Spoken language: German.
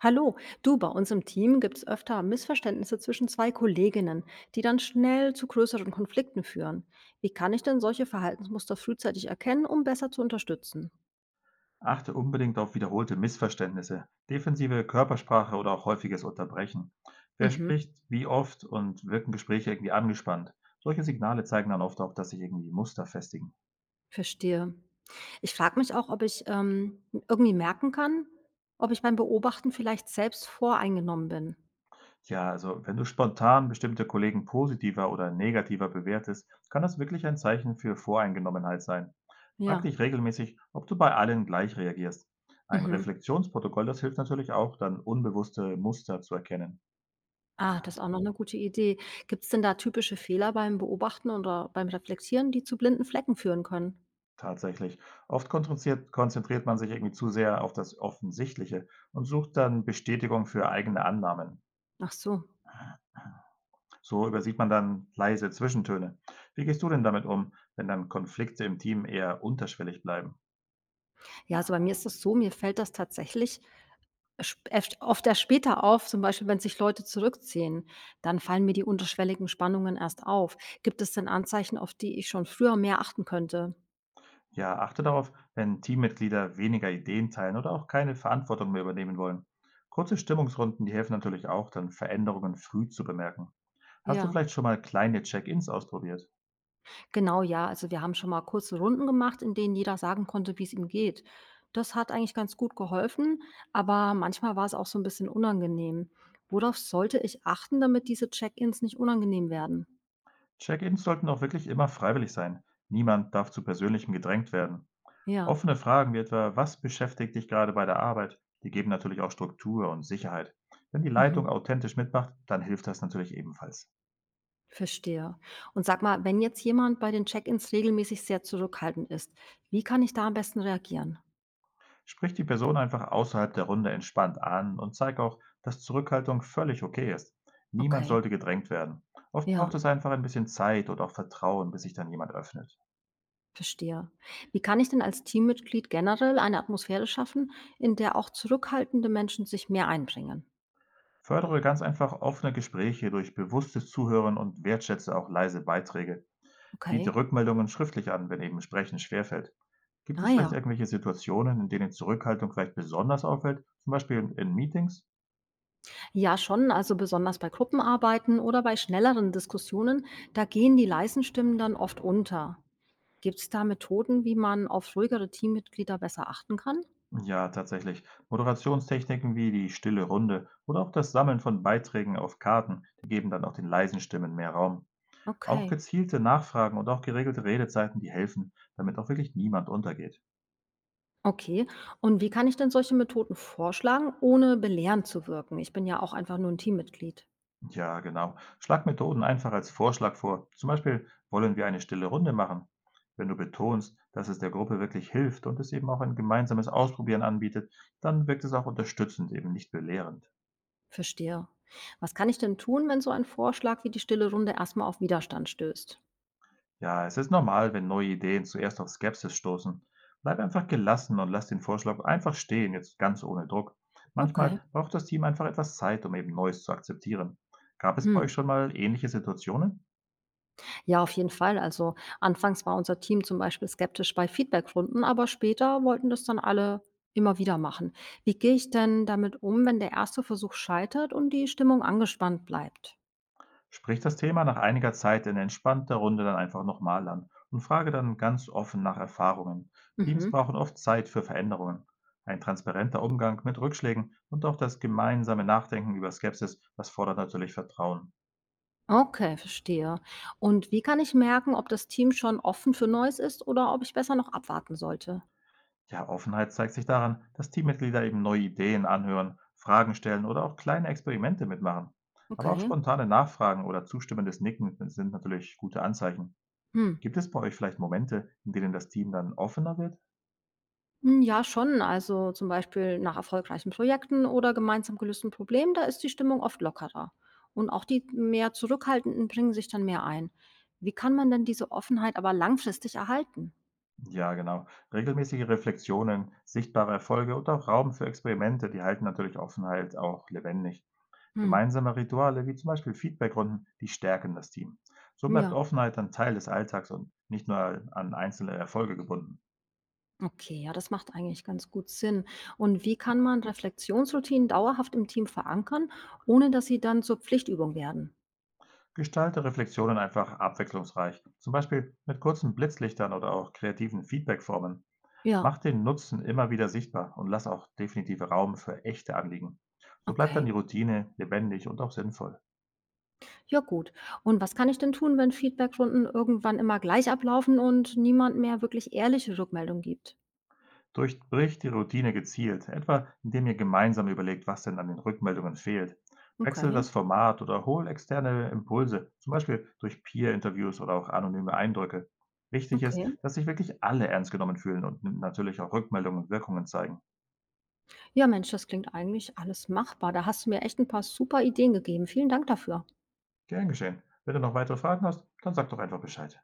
Hallo, du, bei uns im Team gibt es öfter Missverständnisse zwischen zwei Kolleginnen, die dann schnell zu größeren Konflikten führen. Wie kann ich denn solche Verhaltensmuster frühzeitig erkennen, um besser zu unterstützen? Achte unbedingt auf wiederholte Missverständnisse, defensive Körpersprache oder auch häufiges Unterbrechen. Wer Mhm, spricht, wie oft und wirken Gespräche irgendwie angespannt? Solche Signale zeigen dann oft auch, dass sich irgendwie Muster festigen. verstehe. Ich frage mich auch, ob ich irgendwie merken kann, ob ich beim Beobachten vielleicht selbst voreingenommen bin. Tja, also wenn du spontan bestimmte Kollegen positiver oder negativer bewertest, kann das wirklich ein Zeichen für Voreingenommenheit sein. Frag Ja. dich regelmäßig, ob du bei allen gleich reagierst. Ein Mhm. Reflexionsprotokoll, das hilft natürlich auch, dann unbewusste Muster zu erkennen. Ah, das ist auch noch eine gute Idee. Gibt es denn da typische Fehler beim Beobachten oder beim Reflektieren, die zu blinden Flecken führen können? Tatsächlich. Oft konzentriert man sich irgendwie zu sehr auf das Offensichtliche und sucht dann Bestätigung für eigene Annahmen. Ach so. So übersieht man dann leise Zwischentöne. Wie gehst du denn damit um, wenn dann Konflikte im Team eher unterschwellig bleiben? Ja, also bei mir ist das so, mir fällt das tatsächlich sp erst oft erst später auf, zum Beispiel, wenn sich Leute zurückziehen, dann fallen mir die unterschwelligen Spannungen erst auf. Gibt es denn Anzeichen, auf die ich schon früher mehr achten könnte? Ja, achte darauf, wenn Teammitglieder weniger Ideen teilen oder auch keine Verantwortung mehr übernehmen wollen. Kurze Stimmungsrunden, die helfen natürlich auch, dann Veränderungen früh zu bemerken. Hast du Ja, vielleicht schon mal kleine Check-ins ausprobiert? genau, ja. Also wir haben schon mal kurze Runden gemacht, in denen jeder sagen konnte, wie es ihm geht. Das hat eigentlich ganz gut geholfen, aber manchmal war es auch so ein bisschen unangenehm. Worauf sollte ich achten, damit diese Check-ins nicht unangenehm werden? Check-ins sollten auch wirklich immer freiwillig sein. Niemand darf zu Persönlichem gedrängt werden. Ja. Offene Fragen wie etwa, was beschäftigt dich gerade bei der Arbeit, die geben natürlich auch Struktur und Sicherheit. Wenn die Leitung Mhm. authentisch mitmacht, dann hilft das natürlich ebenfalls. Verstehe. Und sag mal, wenn jetzt jemand bei den Check-ins regelmäßig sehr zurückhaltend ist, wie kann ich da am besten reagieren? Sprich die Person einfach außerhalb der Runde entspannt an und zeig auch, dass Zurückhaltung völlig okay ist. Niemand Okay, sollte gedrängt werden. Oft ja, braucht es einfach ein bisschen Zeit und auch Vertrauen, bis sich dann jemand öffnet. verstehe. Wie kann ich denn als Teammitglied generell eine Atmosphäre schaffen, in der auch zurückhaltende Menschen sich mehr einbringen? Fördere ganz einfach offene Gespräche durch bewusstes Zuhören und wertschätze auch leise Beiträge. Okay. Biete Rückmeldungen schriftlich an, wenn eben Sprechen schwerfällt. Gibt Ah es vielleicht ja. irgendwelche Situationen, in denen Zurückhaltung vielleicht besonders auffällt, zum Beispiel in Meetings? Ja, schon, also besonders bei Gruppenarbeiten oder bei schnelleren Diskussionen, da gehen die leisen Stimmen dann oft unter. Gibt es da Methoden, wie man auf ruhigere Teammitglieder besser achten kann? Ja, tatsächlich. Moderationstechniken wie die stille Runde oder auch das Sammeln von Beiträgen auf Karten, die geben dann auch den leisen Stimmen mehr Raum. Auch Okay. gezielte Nachfragen und auch geregelte Redezeiten, die helfen, damit auch wirklich niemand untergeht. Okay. Und wie kann ich denn solche Methoden vorschlagen, ohne belehrend zu wirken? Ich bin ja auch einfach nur ein Teammitglied. Ja, genau. Schlag Methoden einfach als Vorschlag vor. Zum Beispiel wollen wir eine stille Runde machen. Wenn du betonst, dass es der Gruppe wirklich hilft und es eben auch ein gemeinsames Ausprobieren anbietet, dann wirkt es auch unterstützend, eben nicht belehrend. Verstehe. Was kann ich denn tun, wenn so ein Vorschlag wie die stille Runde erstmal auf Widerstand stößt? Ja, es ist normal, wenn neue Ideen zuerst auf Skepsis stoßen. Bleib einfach gelassen und lass den Vorschlag einfach stehen, jetzt ganz ohne Druck. Okay. Manchmal braucht das Team einfach etwas Zeit, um eben Neues zu akzeptieren. Gab es bei Hm. euch schon mal ähnliche Situationen? Ja, auf jeden Fall. Also, anfangs war unser Team zum Beispiel skeptisch bei Feedbackrunden, aber später wollten das dann alle immer wieder machen. Wie gehe ich denn damit um, wenn der erste Versuch scheitert und die Stimmung angespannt bleibt? Sprich das Thema nach einiger Zeit in entspannter Runde dann einfach nochmal an und frage dann ganz offen nach Erfahrungen. Teams Mhm. brauchen oft Zeit für Veränderungen. Ein transparenter Umgang mit Rückschlägen und auch das gemeinsame Nachdenken über Skepsis, das fordert natürlich Vertrauen. Okay, verstehe. Und wie kann ich merken, ob das Team schon offen für Neues ist oder ob ich besser noch abwarten sollte? Ja, Offenheit zeigt sich daran, dass Teammitglieder eben neue Ideen anhören, Fragen stellen oder auch kleine Experimente mitmachen. Aber auch Okay. spontane Nachfragen oder zustimmendes Nicken sind natürlich gute Anzeichen. Hm. Gibt es bei euch vielleicht Momente, in denen das Team dann offener wird? Hm, ja, schon. Also zum Beispiel nach erfolgreichen Projekten oder gemeinsam gelösten Problemen, da ist die Stimmung oft lockerer. Und auch die mehr Zurückhaltenden bringen sich dann mehr ein. Wie kann man denn diese Offenheit aber langfristig erhalten? Ja, genau. Regelmäßige Reflexionen, sichtbare Erfolge und auch Raum für Experimente, die halten natürlich Offenheit auch lebendig. Hm. Gemeinsame Rituale, wie zum Beispiel Feedbackrunden, die stärken das Team. So Hm, bleibt ja, Offenheit dann Teil des Alltags und nicht nur an einzelne Erfolge gebunden. okay, ja, das macht eigentlich ganz gut Sinn. Und wie kann man Reflexionsroutinen dauerhaft im Team verankern, ohne dass sie dann zur Pflichtübung werden? Gestalte Reflexionen einfach abwechslungsreich, zum Beispiel mit kurzen Blitzlichtern oder auch kreativen Feedbackformen. Ja, Mach den Nutzen immer wieder sichtbar und lass auch definitiv Raum für echte Anliegen. So bleibt dann okay. die Routine lebendig und auch sinnvoll. Ja gut. Und was kann ich denn tun, wenn Feedbackrunden irgendwann immer gleich ablaufen und niemand mehr wirklich ehrliche Rückmeldung gibt? Durchbricht die Routine gezielt, etwa indem ihr gemeinsam überlegt, was denn an den Rückmeldungen fehlt. Wechselt Okay, das Format oder hol externe Impulse, zum Beispiel durch Peer-Interviews oder auch anonyme Eindrücke. Wichtig ist, okay. dass sich wirklich alle ernst genommen fühlen und natürlich auch Rückmeldungen und Wirkungen zeigen. Ja, Mensch, das klingt eigentlich alles machbar. Da hast du mir echt ein paar super Ideen gegeben. Vielen Dank dafür. Gern geschehen. Wenn du noch weitere Fragen hast, dann sag doch einfach Bescheid.